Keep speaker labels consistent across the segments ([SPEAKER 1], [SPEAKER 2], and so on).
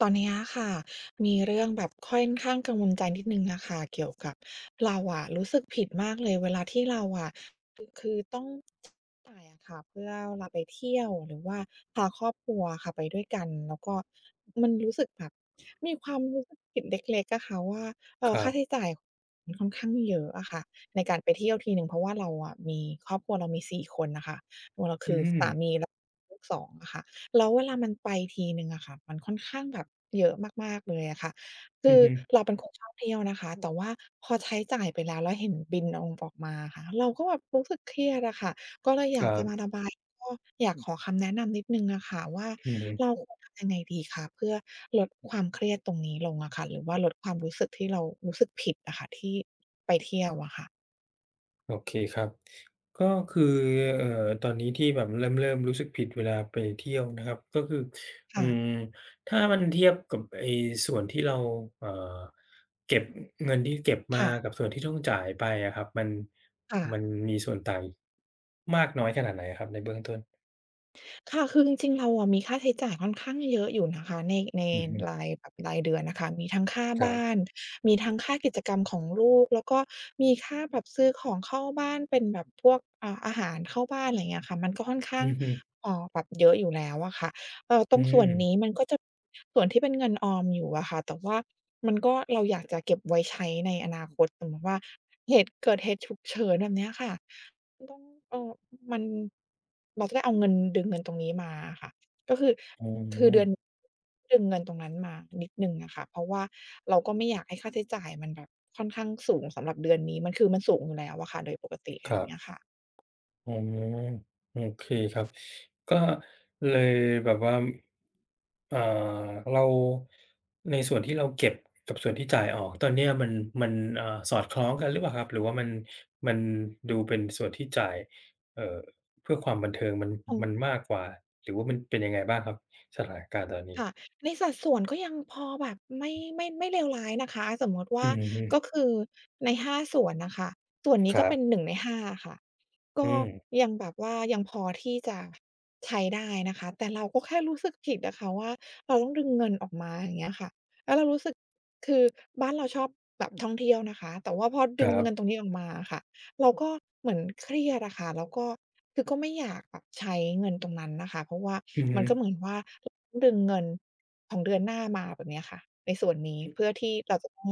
[SPEAKER 1] ตอนเนี้ยค่ะมีเรื่องแบบค่อนข้างกังวลใจนิดนึงอะค่ะเกี่ยวกับเราอะรู้สึกผิดมากเลยเวลาที่เราอะ จ่ายอะค่ะเพื่อเวลาไปเที่ยวหรือว่าพาครอบครัวค่ะไปด้วยกันแล้วก็มันรู้สึกแบบมีความรู้สึกผิดเล็กๆอะค่ะว่า
[SPEAKER 2] ครั
[SPEAKER 1] ค่าใช้
[SPEAKER 2] บ
[SPEAKER 1] จ่ายมันค่อนข้างเยอะอะค่ะในการไปเที่ยวทีหนึ่งเพราะว่าเราอะมีครอบครัวเรามีสี่คนน่ะค่ะตัวเรา
[SPEAKER 2] อื
[SPEAKER 1] คือ
[SPEAKER 2] ม
[SPEAKER 1] สามีแล้วลูกสองอะค่ะแล้วเวลามันไปทีหนึ่งอะค่ะมันค่อนข้างแบบเยอะมากๆเลยอะค่ะคื
[SPEAKER 2] อือ
[SPEAKER 1] อ
[SPEAKER 2] ฮึ
[SPEAKER 1] เราเป็นคนชอบเที่ยวนะคะแต่ว่าพอใช้จ่ายไปแล้วแล้วเห็นบิลองออกมาอะค่ะเราก็แบบรู้สึกเครียดอะค่ะ ก็เลยอ
[SPEAKER 2] ค
[SPEAKER 1] ยาก
[SPEAKER 2] รั
[SPEAKER 1] จะ
[SPEAKER 2] บ
[SPEAKER 1] มาระบายก็อยากขอคำแนะนำนิดหนึ่งอะค่ะว่า
[SPEAKER 2] อือฮึ
[SPEAKER 1] เราควรทำยังไงดีคะเพื่อลดความเครียดตรงนี้ลงอะค่ะหรือว่าลดความรู้สึกที่เรารู้สึกผิดอะค่ะที่ไปเที่ยวอะค่ะ
[SPEAKER 2] โอเคครับก็คือเอ่อตอนนี้ที่แบบเริ่มรู้สึกผิดเวลาไปเที่ยวนะครับ ก็คืออื
[SPEAKER 1] ค่ะ
[SPEAKER 2] มถ้ามันเทียบกับไอ้ส่วนที่เราเอ่อเก็บเงินที่เก็บมา
[SPEAKER 1] ค่ะ
[SPEAKER 2] กับส่วนที่ต้องจ่ายไปอะครับมัน
[SPEAKER 1] ค่ะ
[SPEAKER 2] มันมีส่วนต่างมากน้อยขนาดไหนอะครับในเบื้องต้น
[SPEAKER 1] ค่ะคือจริงๆเราอะมีค่าใช้จ่ายค่อนข้างเยอะอยู่นะคะใน
[SPEAKER 2] อือฮึ
[SPEAKER 1] รายแบบรายเดือนนะค่ะมีทั้งค่า
[SPEAKER 2] ครั
[SPEAKER 1] บ้า
[SPEAKER 2] บ
[SPEAKER 1] นมีทั้งค่ากิจกรรมของลูกแล้วก็มีค่าแบบซื้อของเข้าบ้านเป็นแบบพวกอาหารเข้าบ้านอะไรอย่างเงี้ยค่ะมันก็ค่อนข้าง
[SPEAKER 2] อือฮึ
[SPEAKER 1] แบบเยอะอยู่แล้วอะค่ะตร
[SPEAKER 2] อื
[SPEAKER 1] งส่ว
[SPEAKER 2] ม
[SPEAKER 1] นนี้มันก็จะส่วนที่เป็นเงินออมอยู่อะค่ะแต่ว่ามันก็เราอยากจะเก็บไว้ใช้ในอนาคตสมมุติว่าเหตุเกิดเหตุฉุกเฉินแบบเนี้ยค่ะ ต้องเอ่อมันเราจะได้เอาเงินดึงเงินตรงนี้มาอะค่ะก็คือ
[SPEAKER 2] อ๋
[SPEAKER 1] คือเดือน
[SPEAKER 2] อ
[SPEAKER 1] ดึงเงินตรงนั้นมานิดหนึ่งอะค่ะเพราะว่าเราก็ไม่อยากให้ค่าใช้จ่ายมันแบบค่อนข้างสูงสำหรับเดือนนี้มันคือมันสูงอยู่แล้วอะค่ะโดยปกติ
[SPEAKER 2] ค
[SPEAKER 1] อ
[SPEAKER 2] รั
[SPEAKER 1] ย่างเงี้ย
[SPEAKER 2] บ
[SPEAKER 1] ค่ะ
[SPEAKER 2] อ๋อโอเคครับก็เลยแบบว่าอ่าเราในส่วนที่เราเก็บกับส่วนที่จ่ายออกตอนเนี้ยมันอ่าสอดคล้องกันหรือเปล่าครับหรือว่ามันดูเป็นส่วนที่จ่ายเอ่อเพื่อความบันเทิงมัน
[SPEAKER 1] อ
[SPEAKER 2] มัน
[SPEAKER 1] อ
[SPEAKER 2] มากกว่าหรือว่ามันเป็นยังไงบ้างครับสถานการณ์ตอนนี้
[SPEAKER 1] ค่ะในสัดส่วนก็ยังพอแบบไม่ไม่ไม่เลวร้ายนะคะสมมติ
[SPEAKER 2] อื
[SPEAKER 1] ว่าก็
[SPEAKER 2] ม
[SPEAKER 1] คือในห้าส่วนน่ะค่ะส่วนนี้
[SPEAKER 2] ค
[SPEAKER 1] ก็
[SPEAKER 2] รั
[SPEAKER 1] เป็นห
[SPEAKER 2] บ
[SPEAKER 1] นึ่งในห้าค่ะก็
[SPEAKER 2] อืม
[SPEAKER 1] ยังแบบว่ายังพอที่จะใช้ได้นะคะแต่เราก็แค่รู้สึกผิดอะค่ะว่าเราต้องดึงเงินออกมาอย่างเงี้ยค่ะแล้วเรารู้สึกคือบ้านเราชอบแบบท่องเที่ยวนะคะแต่ว่าพอ
[SPEAKER 2] ค
[SPEAKER 1] ดึง
[SPEAKER 2] รั
[SPEAKER 1] เงินตร
[SPEAKER 2] บ
[SPEAKER 1] งนี้ออกมาอะค่ะ เราก็เหมือนเครียดอะค่ะแล้วก็คือก็ไม่อยากแบบใช้เงินตรงนั้นน่ะค่ะเพราะว่า
[SPEAKER 2] อือฮึ
[SPEAKER 1] มันก็เหมือนว่าต้องดึงเงินของเดือนหน้ามาแบบเนี้ยค่ะในส่วนนี้เพื่อที่เราจะต้อง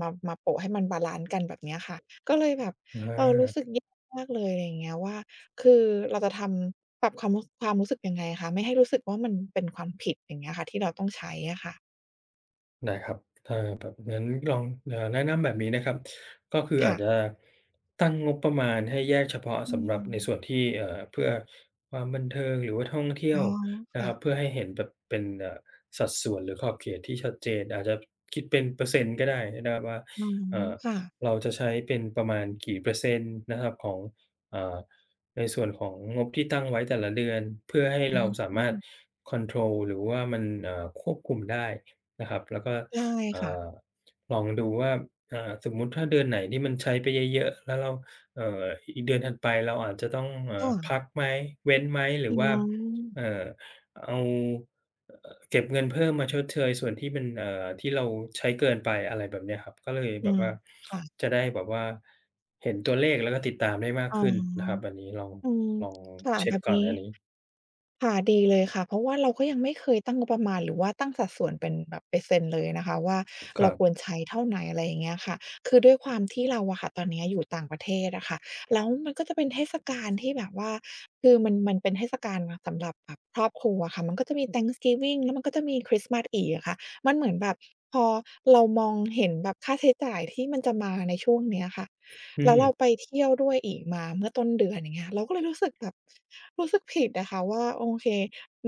[SPEAKER 1] มาโปะให้มันบาลันซ์กันแบบเนี้ยค่ะก็เลยแบบ
[SPEAKER 2] อ
[SPEAKER 1] เออรู้สึก
[SPEAKER 2] า
[SPEAKER 1] แย่มากเลยอะไรอย่างเงี้ยว่าคือเราจะทำปรับความรู้สึกยังไงคะไม่ให้รู้สึกว่ามันเป็นความผิดอย่างเงี้ยค่ะที่เราต้องใช้อะค่ะ
[SPEAKER 2] ได้ครับถ้าแบบนั้นลองแนะนำแบบนี้นะครับก็คืออา
[SPEAKER 1] ค่ะ
[SPEAKER 2] จจะตั้งงบประมาณให้แยกเฉพาะ
[SPEAKER 1] อื
[SPEAKER 2] สำหรับ
[SPEAKER 1] ม
[SPEAKER 2] ในส่วนที่เพื่อความบันเทิงหรือว่าท่องเที่ย
[SPEAKER 1] อ๋
[SPEAKER 2] ว
[SPEAKER 1] อ
[SPEAKER 2] นะครับเพื่
[SPEAKER 1] ค่ะ
[SPEAKER 2] อให้เห็นแบบเป็นสัดส่วนหรือขอบเขตที่ชัดเจนอาจจะคิดเป็นเปอร์เซ็นต์ก็ได้นะครับว่า
[SPEAKER 1] อ๋อ
[SPEAKER 2] เอ่อ
[SPEAKER 1] ค่ะ
[SPEAKER 2] เราจะใช้เป็นประมาณกี่เปอร์เซ็นต์นะครับของเอ่อในส่วนของงบที่ตั้งไว้แต่ละเดือนเพื่อให้
[SPEAKER 1] อื
[SPEAKER 2] เราสามาร
[SPEAKER 1] ม
[SPEAKER 2] ถคอนโทรลหรือว่ามันควบคุมได้ นะครับแล้วก็
[SPEAKER 1] ใช่
[SPEAKER 2] อ่
[SPEAKER 1] ค่ะ
[SPEAKER 2] าลองดูว่าสมมุติถ้าเดือนไหนที่มันใช้ไปเยอะๆแล้วเราเอ่ออีกเดือนถัดไปเราอาจจะต้องพั
[SPEAKER 1] ค่ะ
[SPEAKER 2] กไหมเว้นไหมหรื
[SPEAKER 1] อื
[SPEAKER 2] อว่าเอ่
[SPEAKER 1] ม
[SPEAKER 2] อเอาเก็บเงินเพิ่มมาชดเชยส่วนที่มันที่เราใช้เกินไปอะไรแบบเนี้ยครับก็เลย
[SPEAKER 1] อื
[SPEAKER 2] แบบ
[SPEAKER 1] ม
[SPEAKER 2] ว่า
[SPEAKER 1] ค่ะ
[SPEAKER 2] จะได้แบบว่าเห็นตัวเลขแล้วก็ติดตามได้มาก
[SPEAKER 1] อ๋อ
[SPEAKER 2] ขึ้นนะครับอันนี้ลอง
[SPEAKER 1] อืม
[SPEAKER 2] ลอง
[SPEAKER 1] ค่ะ
[SPEAKER 2] เช็
[SPEAKER 1] แบ
[SPEAKER 2] ก
[SPEAKER 1] บ
[SPEAKER 2] ก่อน
[SPEAKER 1] นี้
[SPEAKER 2] อันนี้
[SPEAKER 1] ค่ะดีเลยค่ะเพราะว่าเราก็ยังไม่เคยตั้งงบประมาณหรือว่าตั้งสัดส่วนเป็นแบบเปอร์เซ็นต์เลยนะคะว่า
[SPEAKER 2] ค
[SPEAKER 1] เรา
[SPEAKER 2] รับ
[SPEAKER 1] ควรใช้เท่าไหนอะไรอย่างเงี้ยค่ะคือด้วยความที่เราอะค่ะตอนเนี้ยอยู่ต่างประเทศอะค่ะแล้วมันก็จะเป็นเทศกาลที่แบบว่าคือมันเป็นเทศกาลสำหรับแบบครอบครัวอะค่ะมันก็จะมี Thanksgiving แล้วมันก็จะมีคริสต์มาสอีกอะค่ะมันเหมือนแบบพอเรามองเห็นแบบค่าใช้จ่ายที่มันจะมาในช่วงเนี้ยค่ะ
[SPEAKER 2] อื
[SPEAKER 1] แล้
[SPEAKER 2] ม
[SPEAKER 1] วเราไปเที่ยวด้วยอีกมาเมื่อต้นเดือนอย่างเงี้ยเราก็เลยรู้สึกแบบรู้สึกผิดอะค่ะว่าโอเค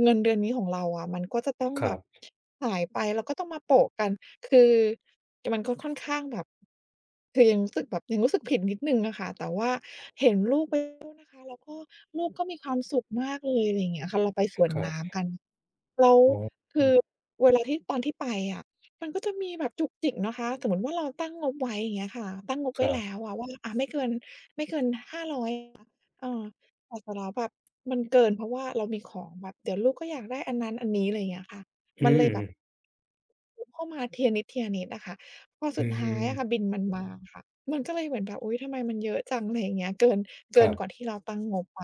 [SPEAKER 1] เงินเดือนนี้ของเราอะมันก็จะต้อง
[SPEAKER 2] ค
[SPEAKER 1] แบ
[SPEAKER 2] รั
[SPEAKER 1] บ
[SPEAKER 2] บ
[SPEAKER 1] หายไปแล้วก็ต้องมาโปะกันคือมันก็ค่อนข้างแบบคือยังรู้สึกแบบยังรู้สึกผิดนิดหนึ่งอะค่ะแต่ว่าเห็นลูกไปลูกก็มีความสุขมากเลยอะไรอย่างเงี้ยค่ะเราไปสวนน้ำกันแล้ว
[SPEAKER 2] ๆอ๋ออื
[SPEAKER 1] คือ
[SPEAKER 2] ม
[SPEAKER 1] เวลาที่ตอนที่ไปอะมันก็จะมีแบบจุกจิกนะคะสมมุติว่าเราตั้งงบไว้อย่างเงี้ยค่ะตั้งงบ
[SPEAKER 2] ค
[SPEAKER 1] ไว้
[SPEAKER 2] รั
[SPEAKER 1] แล้ว
[SPEAKER 2] บ
[SPEAKER 1] อะว่าอะไม่เกิน เออแต่เสร็จแล้วแบบมันเกินเพราะว่าเรามีของแบบเดี๋ยวลูกก็อยากได้อันนั้นอันนี้อะไรอย่างเงี้ยค่ะ
[SPEAKER 2] อื
[SPEAKER 1] มันเล
[SPEAKER 2] ม
[SPEAKER 1] ยแบบเข้ามาทีละนิดอะค่ะพอสุ
[SPEAKER 2] อื
[SPEAKER 1] ดท้ายอะค่ะบิ
[SPEAKER 2] ม
[SPEAKER 1] ลมันมาค่ะมันก็เลยเหมือนแบบอุ๊ยทำไมมันเยอะจังอะไรอย่างเงี้ยเกิน
[SPEAKER 2] ค
[SPEAKER 1] เกิ
[SPEAKER 2] รั
[SPEAKER 1] นกว่า
[SPEAKER 2] บ
[SPEAKER 1] ที่เราตั้งงบไป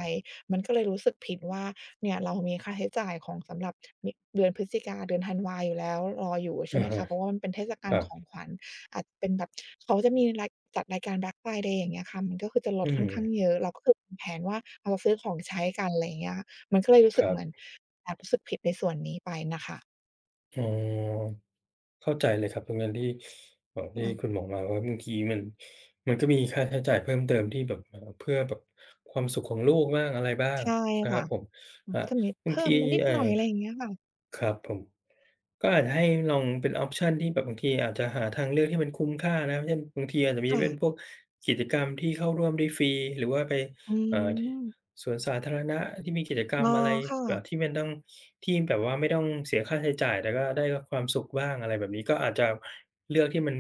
[SPEAKER 1] มันก็เลยรู้สึกผิดว่าเนี่ยเรามีค่าใช้จ่ายของสำหรับเดือนพฤศจิกาเดือนธันวาอยู่แล้วรออยู่ใช่ไห
[SPEAKER 2] อะ
[SPEAKER 1] ม
[SPEAKER 2] ฮะ
[SPEAKER 1] คะเพราะว่ามันเป็นเทศ
[SPEAKER 2] ค
[SPEAKER 1] กาล
[SPEAKER 2] รับ
[SPEAKER 1] ของขวัญ อาจจะเป็นแบบเขาจะมีรายจัดรายการ Black Friday อย่างเงี้ยค่ะมันก็คือจะล
[SPEAKER 2] อื
[SPEAKER 1] ดค่
[SPEAKER 2] ม
[SPEAKER 1] อนข้างเยอะเราก็คือวางแผนว่าเราซื้อของใช้กันอะไรอย่างเงี้ยค่ะมันก็เลยรู้
[SPEAKER 2] ค
[SPEAKER 1] สึก
[SPEAKER 2] รั
[SPEAKER 1] เหมือน
[SPEAKER 2] บ
[SPEAKER 1] แอบรู้สึกผิดในส่วนนี้ไปน่ะค่ะ
[SPEAKER 2] อ๋อเข้าใจเลยครับตรงนั้นที่ที่คุ
[SPEAKER 1] ค่ะ
[SPEAKER 2] ณบอกมาว่าบางทีมันก็มีค่าใช้จ่ายเพิ่มเติมที่แบบเพื่อแบบความสุขของลูกบ้างอะไรบ้าง
[SPEAKER 1] ใช่
[SPEAKER 2] นะครั
[SPEAKER 1] ค่ะ
[SPEAKER 2] บผม
[SPEAKER 1] มั
[SPEAKER 2] ค
[SPEAKER 1] น
[SPEAKER 2] รั
[SPEAKER 1] ก็
[SPEAKER 2] บ
[SPEAKER 1] จะมี
[SPEAKER 2] บาง
[SPEAKER 1] เพิ่
[SPEAKER 2] ที
[SPEAKER 1] มมานิด
[SPEAKER 2] เอ่อ
[SPEAKER 1] หน่อยอะไรอย่างเงี้ยค่ะ
[SPEAKER 2] ครับผมก็อาจจะให้ลองเป็นออปชันที่แบบบางทีอาจจะหาทางเลือกที่มันคุ้มค่านะบเช่นบางทีอาจจะมีเป็นพ
[SPEAKER 1] ค่ะ
[SPEAKER 2] วกกิจกรรมที่เข้าร่วมได้ฟรีหรือว่าไป
[SPEAKER 1] อื
[SPEAKER 2] ที่
[SPEAKER 1] ม
[SPEAKER 2] สวนสาธารณะที่มีกิจกรร
[SPEAKER 1] อ๋
[SPEAKER 2] ม
[SPEAKER 1] อ
[SPEAKER 2] อะไร
[SPEAKER 1] ค่ะ
[SPEAKER 2] แบบที่มันต้องที่แบบว่าไม่ต้องเสียค่าใช้จ่ายแต่ก็ได้รับความสุขบ้างอะไรแบบนี้ก็อาจจะเลือกที่มัน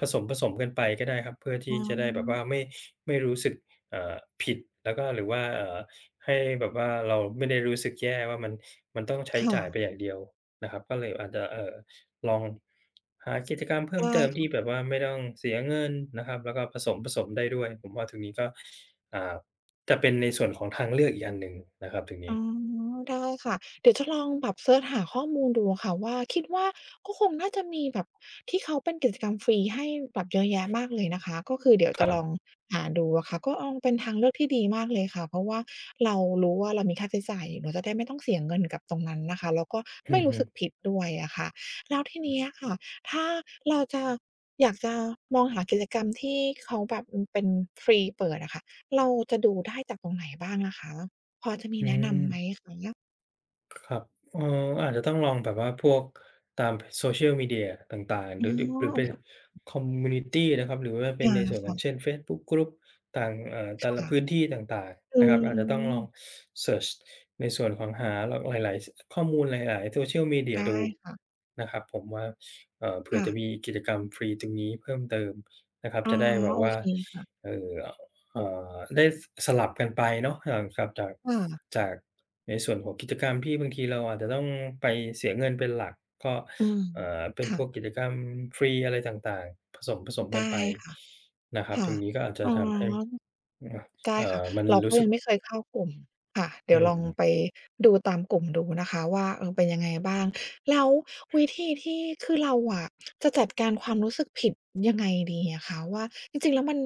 [SPEAKER 2] ผสมๆกันไปก็ได้ครับเพื่อ
[SPEAKER 1] อ๋
[SPEAKER 2] ที่
[SPEAKER 1] อ
[SPEAKER 2] จะได้แบบว่าไม่รู้สึกเอ่อผิดแล้วก็หรือว่าให้แบบว่าเราไม่ได้รู้สึกแย่ว่ามันต้องใช้
[SPEAKER 1] ค่ะ
[SPEAKER 2] จ่ายไปอย่างเดียวนะครับก็เลยอาจจะลองหากิจกรรมเพิ่มเติมที่
[SPEAKER 1] ใช่
[SPEAKER 2] แบบว่าไม่ต้องเสียเงินนะครับแล้วก็ผสมๆได้ด้วยผมว่าตรงนี้ก็อ่าจะเป็นในส่วนของทางเลือกอีกอันหนึ่งนะครับตรง
[SPEAKER 1] อ๋
[SPEAKER 2] นี้
[SPEAKER 1] อได้ค่ะเดี๋ยวจะลองแบบเซิร์ชหาข้อมูลดูค่ะว่าคิดว่าก็คงน่าจะมีแบบที่เขาเป็นกิจกรรมฟรีให้แบบเยอะแยะมากเลยนะคะก็คือเดี๋ยว
[SPEAKER 2] ค
[SPEAKER 1] จะ
[SPEAKER 2] รั
[SPEAKER 1] ลอง
[SPEAKER 2] บ
[SPEAKER 1] หาดูอะค่ะก็เออเป็นทางเลือกที่ดีมากเลยค่ะเพราะว่าเรารู้ว่าเรามีค่าใช้จ่ายอยู่เราจะได้ไม่ต้องเสียเงินกับตรงนั้นนะคะแล้วก็
[SPEAKER 2] อื
[SPEAKER 1] ไม่
[SPEAKER 2] อ
[SPEAKER 1] รู้
[SPEAKER 2] ฮึ
[SPEAKER 1] สึกผิดด้วยอะค่ะแล้วทีเนี้ยค่ะถ้าเราจะอยากจะมองหากิจกรรมที่เขาแบบเป็นฟรีเปิดอะค่ะเราจะดูได้จากตรงไหนบ้างอะคะ
[SPEAKER 2] อืม ครับอาจจะต้องลองแบบว่าพวกตาม Social Media ต่างๆห
[SPEAKER 1] อ๋อ
[SPEAKER 2] รือหรือหรือ
[SPEAKER 1] โอ
[SPEAKER 2] เป็น
[SPEAKER 1] เค
[SPEAKER 2] คอมมิวนิตีนะครับหรือว่าเป็น
[SPEAKER 1] อา
[SPEAKER 2] ในส่วนขอ
[SPEAKER 1] ค่ะ
[SPEAKER 2] งเช่นเฟซบุ๊ก Group ต่างแต่ละ
[SPEAKER 1] ค่ะ
[SPEAKER 2] พื้นที่ต่าง
[SPEAKER 1] อื
[SPEAKER 2] ๆนะครับอาจจะต้อง
[SPEAKER 1] ม
[SPEAKER 2] ลอง
[SPEAKER 1] ๆ
[SPEAKER 2] เซิร์ชในส่วนของหลายๆข้อมูลหลายๆ Social Media
[SPEAKER 1] ได้
[SPEAKER 2] ดู
[SPEAKER 1] ค่ะ
[SPEAKER 2] นะครับผมว่าเผื่อ
[SPEAKER 1] ค่ะ
[SPEAKER 2] จะมีกิจกรรมฟรีตรงนี้เพิ่มเติมนะครับ
[SPEAKER 1] อ๋อ
[SPEAKER 2] จะได้แบบ
[SPEAKER 1] โอ
[SPEAKER 2] ว่า
[SPEAKER 1] เคค่ะ
[SPEAKER 2] เอ่อ ได้สลับกันไปเนาะห่างกลับจาก
[SPEAKER 1] ค่ะ
[SPEAKER 2] จากในส่วนของกิจกรรมที่บางทีเราอาจจะต้องไปเสียเงินเป็นหลักก็
[SPEAKER 1] อืม
[SPEAKER 2] เป็นพวก
[SPEAKER 1] ค่ะ
[SPEAKER 2] กิจกรรมฟรีอะไรต่างๆผสมกัน
[SPEAKER 1] ได้
[SPEAKER 2] ไป
[SPEAKER 1] ค่ะ
[SPEAKER 2] นะครับต
[SPEAKER 1] ค่ะ
[SPEAKER 2] รงนี้ก็อาจจะ
[SPEAKER 1] อ๋อ
[SPEAKER 2] ทำให้
[SPEAKER 1] ได้ค่ะ
[SPEAKER 2] มัน
[SPEAKER 1] เราก็
[SPEAKER 2] รู้สึ
[SPEAKER 1] ยั
[SPEAKER 2] ก
[SPEAKER 1] งไม่เคยเข้ากลุ่มค่ะเดี๋ยว
[SPEAKER 2] อื
[SPEAKER 1] ลองไป
[SPEAKER 2] ม
[SPEAKER 1] ดูตามกลุ่มดูนะคะว่าเออเป็นยังไงบ้างแล้ววิธีที่คือเราอะจะจัดการความรู้สึกผิดยังไงดีอะคะว่าจริงๆแล้วมัน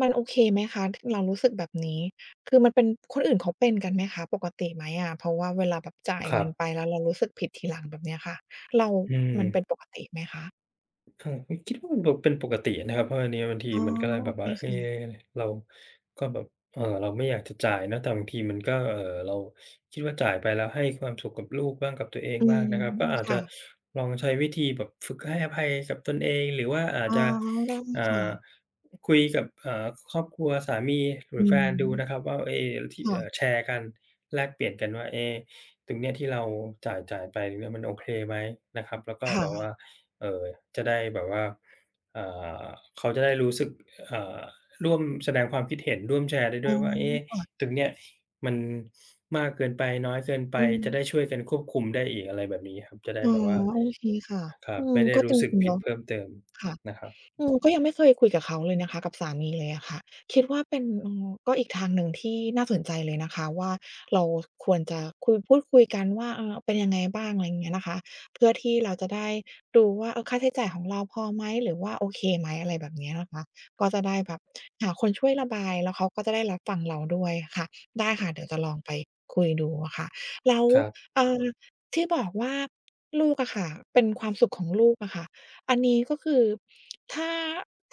[SPEAKER 1] มันโอเคไหมคะทเรารู้สึกแบบนี้คือมันเป็นคนอื่นเขาเป็นกันไหมคะปกติไหมอะเพราะว่าเวลาแบบจ่าย
[SPEAKER 2] ครั
[SPEAKER 1] เงิ
[SPEAKER 2] บ
[SPEAKER 1] นไปแล้วเรารู้สึกผิดทีหลังแบบเนี้ยค่ะเรา
[SPEAKER 2] อื
[SPEAKER 1] มันเป็น
[SPEAKER 2] ม
[SPEAKER 1] ปกติไหมคะ
[SPEAKER 2] ครับผมคิดว่ามันแบบเป็นปกตินะครับเพราะอันเนี้ยบางที
[SPEAKER 1] อ๋อ
[SPEAKER 2] มันก็เลย
[SPEAKER 1] โอ
[SPEAKER 2] แบบ
[SPEAKER 1] เค
[SPEAKER 2] ว่าเอ๊
[SPEAKER 1] ค่ะ
[SPEAKER 2] เราก็แบบเราไม่อยากจะจ่ายเนาะแต่บางทีมันก็เราคิดว่าจ่ายไปแล้วให้ความสุขกับลูกบ้างกับตัวเอง
[SPEAKER 1] อื
[SPEAKER 2] บ้าง
[SPEAKER 1] ม
[SPEAKER 2] นะครับก็อาจจะ
[SPEAKER 1] ค่ะ
[SPEAKER 2] ลองใช้วิธีแบบฝึกให้อภัยกับตนเองหรือว่าอาจ
[SPEAKER 1] อ๋อ
[SPEAKER 2] จะ
[SPEAKER 1] ได้
[SPEAKER 2] อ่า
[SPEAKER 1] ค่ะ
[SPEAKER 2] คุยกับครอบครัวสามีหรือ
[SPEAKER 1] อื
[SPEAKER 2] แฟนดูนะค
[SPEAKER 1] ม
[SPEAKER 2] รับว่าเอ๊ที่
[SPEAKER 1] ค่ะ
[SPEAKER 2] แชร์กันแลกเปลี่ยนกันว่าเอ๊ตรงเนี้ยที่เราจ่ายไปตรงเนี้ยมันโอเคไหมนะครับแล้วก็แบบว่า
[SPEAKER 1] ค่ะ
[SPEAKER 2] เอ่อจะได้แบบว่าอ่าเขาจะได้รู้สึกอ่าร่วมแสดงความคิดเห็นร่วมแชร์ได้ด้
[SPEAKER 1] อ๋อ
[SPEAKER 2] วยว่าเอ๊ะ
[SPEAKER 1] ค่ะ
[SPEAKER 2] ตรงเนี้ยมันมากเกินไปน้อยเกินไป
[SPEAKER 1] อื
[SPEAKER 2] จะได้
[SPEAKER 1] ม
[SPEAKER 2] ช่วยกันควบคุมได้อีกอะไรแบบนี้ครับจะได้
[SPEAKER 1] อ๋อ
[SPEAKER 2] แบบว่า
[SPEAKER 1] โอเคค่ะ
[SPEAKER 2] ครับ
[SPEAKER 1] อืม
[SPEAKER 2] ไม่ได้
[SPEAKER 1] ก็จ
[SPEAKER 2] รู้สึก
[SPEAKER 1] ริงๆ
[SPEAKER 2] ผิด
[SPEAKER 1] เนาะ
[SPEAKER 2] เพิ่มเติม
[SPEAKER 1] ค่ะ
[SPEAKER 2] นะครับ
[SPEAKER 1] เออก็ยังไม่เคยคุยกับเขาเลยนะคะกับสามีเลยอะค่ะคิดว่าเป็นก็อีกทางหนึ่งที่น่าสนใจเลยนะคะว่าเราควรจะคุยพูดคุยกันว่าเออเป็นยังไงบ้างอะไรอย่างเงี้ยนะคะเพื่อที่เราจะได้ดูว่าเออค่าใช้จ่ายของเราพอไหมหรือว่าโอเคไหมอะไรแบบเนี้ยนะคะก็จะได้แบบหาคนช่วยระบายแล้วเขาก็จะได้รับฟังเราด้วยค่ะได้ค่ะเดี๋ยวจะลองไปคุยดูอะค่ะแล้ว
[SPEAKER 2] ครับ
[SPEAKER 1] เอ่อที่บอกว่าลูกอะค่ะเป็นความสุขของลูกอะค่ะ อันนี้ก็คือถ้า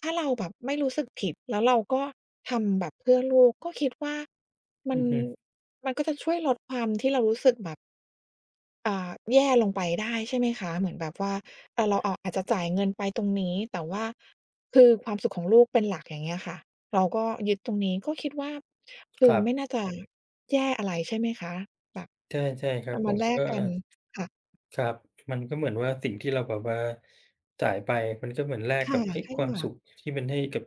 [SPEAKER 1] ถ้าเราแบบไม่รู้สึกผิดแล้วเราก็ทำแบบเพื่อลูกก็คิดว่ามั
[SPEAKER 2] อื
[SPEAKER 1] น
[SPEAKER 2] อฮึ
[SPEAKER 1] มันก็จะช่วยลดความที่เรารู้สึกแบบอ่าแย่ลงไปได้ใช่ไหมคะเหมือนแบบว่าเราออาจจะจ่ายเงินไปตรงนี้แต่ว่าคือความสุขของลูกเป็นหลักอย่างเงี้ยค่ะเราก็ยึดตรงนี้ก็คิดว่าคื
[SPEAKER 2] ค
[SPEAKER 1] อ
[SPEAKER 2] รับ
[SPEAKER 1] ไม่น่าจะแย่อะไรใช่ไหมคะแบบ
[SPEAKER 2] ใช่ๆครับ
[SPEAKER 1] เอา
[SPEAKER 2] ผ
[SPEAKER 1] มา
[SPEAKER 2] ม
[SPEAKER 1] แลก
[SPEAKER 2] ก็
[SPEAKER 1] กันค่ะ
[SPEAKER 2] ครับมันก็เหมือนว่าสิ่งที่เราแบบว่าจ่ายไปมันก็เหมือนแลกกั
[SPEAKER 1] ค่ะ
[SPEAKER 2] บเฮ้ย
[SPEAKER 1] ใช่
[SPEAKER 2] ความ
[SPEAKER 1] ค่ะ
[SPEAKER 2] สุขที่มันให้กับ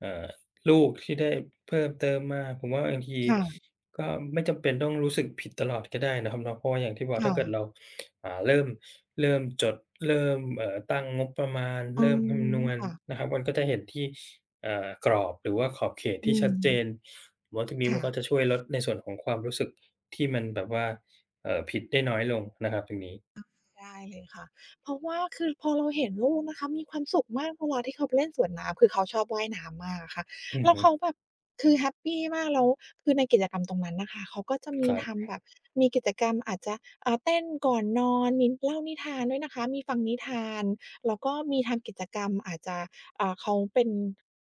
[SPEAKER 2] เอ่อลูกที่ได้เพิ่มเติมมาผมว่าบางที
[SPEAKER 1] ค่ะ
[SPEAKER 2] ก็ไม่จำเป็นต้องรู้สึกผิดตลอดก็ได้นะครับเนาะเพราะว่าอย่างที่บอกถ้าเกิดเรา
[SPEAKER 1] ค่ะ
[SPEAKER 2] เริ่มจดเริ่มตั้งงบประมาณ
[SPEAKER 1] อื
[SPEAKER 2] เริ่ม
[SPEAKER 1] ม
[SPEAKER 2] คำนวณ
[SPEAKER 1] ค่ะ
[SPEAKER 2] นะครับมันก็จะเห็นที่กรอบหรือว่าขอบเขต
[SPEAKER 1] อื
[SPEAKER 2] ที่ชั
[SPEAKER 1] ม
[SPEAKER 2] ดเจนผมว่าตรงนี้มั
[SPEAKER 1] ค่ะ
[SPEAKER 2] นก็จะช่วยลดในส่วนของความรู้สึกที่มันแบบว่าผิดได้น้อยลงนะครับตรงนี้
[SPEAKER 1] ได้เลยค่ะเพราะว่าคือพอเราเห็นลูกนะคะมีความสุขมากเวลาที่เขาไปเล่นสวนน้ำคือเขาชอบว่ายน้ำมากอะค่ะ
[SPEAKER 2] อือ
[SPEAKER 1] แล้ว
[SPEAKER 2] ฮึ
[SPEAKER 1] เขาแบบคือแฮปปีมากแล้วคือในกิจกรรมตรงนั้นน่ะค่ะเขาก็จะ
[SPEAKER 2] ค
[SPEAKER 1] มี
[SPEAKER 2] รับ
[SPEAKER 1] ทำแบบมีกิจกรรมอาจจะอ่าเต้นก่อนนอนมีเล่านิทานด้วยนะคะมีฟังนิทานแล้วก็มีทำกิจกรรมอาจจะอ่าเขาเป็น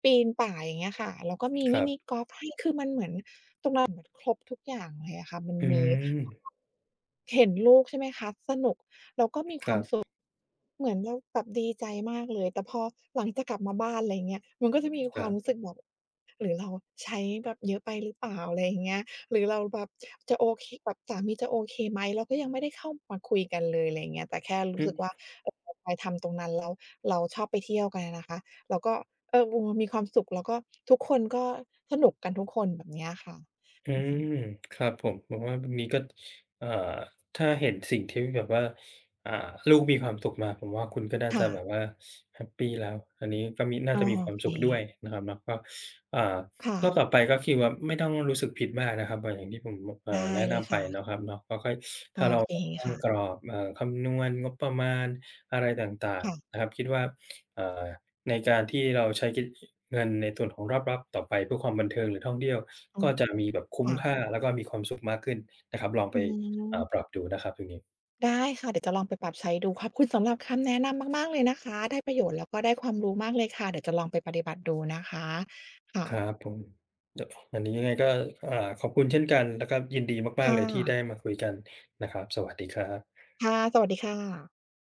[SPEAKER 1] ปีนป่ายอย่างเงี้ยค่ะแล้วก็มี
[SPEAKER 2] ค
[SPEAKER 1] มิ
[SPEAKER 2] รั
[SPEAKER 1] นิ
[SPEAKER 2] บ
[SPEAKER 1] กอล์ฟให้คือมันเหมือน เหมันครบทุกอย่างเลยอะค่ะ มัน
[SPEAKER 2] อื
[SPEAKER 1] มี
[SPEAKER 2] ม
[SPEAKER 1] เห็นลูกใช่ไหมคะสนุก
[SPEAKER 2] ครับ
[SPEAKER 1] เหมือนเราแบบดีใจมากเลย แต่พอหลังจากกลับมาบ้านอะไรอย่างเงี้ยมันก็จะมี
[SPEAKER 2] ค
[SPEAKER 1] ค
[SPEAKER 2] รั
[SPEAKER 1] วามรู้
[SPEAKER 2] บ
[SPEAKER 1] สึกแบบหรือเราใช้แบบเยอะไปหรือเปล่าอะไรอย่างเงี้ยหรือเราแบบจะโอเคแบบสามีจะโอเคไหมเราก็ยังไม่ได้เข้ามาคุยกันเลยอะไรอย่างเงี้ยแต่แค่รู้
[SPEAKER 2] อือ
[SPEAKER 1] สึกว่าเออเราไปทำตรงนั้นแล้วเราชอบไปเที่ยวกันอะนะคะแล้วก็เออวงมีความสุขแล้วก็ทุกคนก็สนุกกันทุกคนแบบเนี้ยค่ะ
[SPEAKER 2] อื
[SPEAKER 1] อือฮึ
[SPEAKER 2] มครับผมว่าตรงนี้ก็เอ่อถ้าเห็นสิ่งที่แบบว่าอ่าลูกมีความสุขมาผมว่าคุณก็น่าจะ
[SPEAKER 1] ค่ะ
[SPEAKER 2] แบบว่าแฮปปีแล้วอันนี้ก็มีน่า
[SPEAKER 1] ออ
[SPEAKER 2] จะมี
[SPEAKER 1] โอ
[SPEAKER 2] ความ
[SPEAKER 1] เค
[SPEAKER 2] สุขด้วยนะครับเนาะก็อ่า
[SPEAKER 1] ค่ะ
[SPEAKER 2] รอบต่อไปก็คือว่าไม่ต้องรู้สึกผิดมากนะครับอย่างที่ผม
[SPEAKER 1] ได้
[SPEAKER 2] แนะ
[SPEAKER 1] เลย
[SPEAKER 2] นำไป
[SPEAKER 1] ค่ะ
[SPEAKER 2] เนาะครับเนาะก็ค่อย
[SPEAKER 1] โอ
[SPEAKER 2] ถ้าเรา
[SPEAKER 1] เค
[SPEAKER 2] ตั้ง
[SPEAKER 1] ค่ะ
[SPEAKER 2] กรอบคำนวณงบประมาณอะไรต่าง
[SPEAKER 1] ค่ะ
[SPEAKER 2] ๆนะครับคิดว่าเอ่อ ในการที่เราใช้เงินในส่วนของรอบรับต่อไปเพื่อความบันเทิงหรือท่องเที่ยว
[SPEAKER 1] อื
[SPEAKER 2] ก็
[SPEAKER 1] ม
[SPEAKER 2] จะมีแบบคุ้ม
[SPEAKER 1] ค่ะ
[SPEAKER 2] ค่าแล้วก็มีความสุขมากขึ้นนะครับลองไป
[SPEAKER 1] อืม
[SPEAKER 2] ปรับดูนะครับตรงนี้
[SPEAKER 1] ได้ค่ะเดี๋ยวจะลองไปปรับใช้ดูขอบคุณสำหรับคำแนะนำมากๆเลยนะคะได้ประโยชน์แล้วก็ได้ความรู้มากเลยค่ะเดี๋ยวจะลองไปปฏิบัติดูนะคะค่ะ
[SPEAKER 2] ครับผมดวันนี้ยังไงก็อ่าขอบคุณเช่นกันแล้วก็ยินดีมาก
[SPEAKER 1] ค่
[SPEAKER 2] ๆเลยที่ได้
[SPEAKER 1] ะ
[SPEAKER 2] มาคุยกันนะครับสวัสดีครับ
[SPEAKER 1] ค่ะสวัสดีค่ะ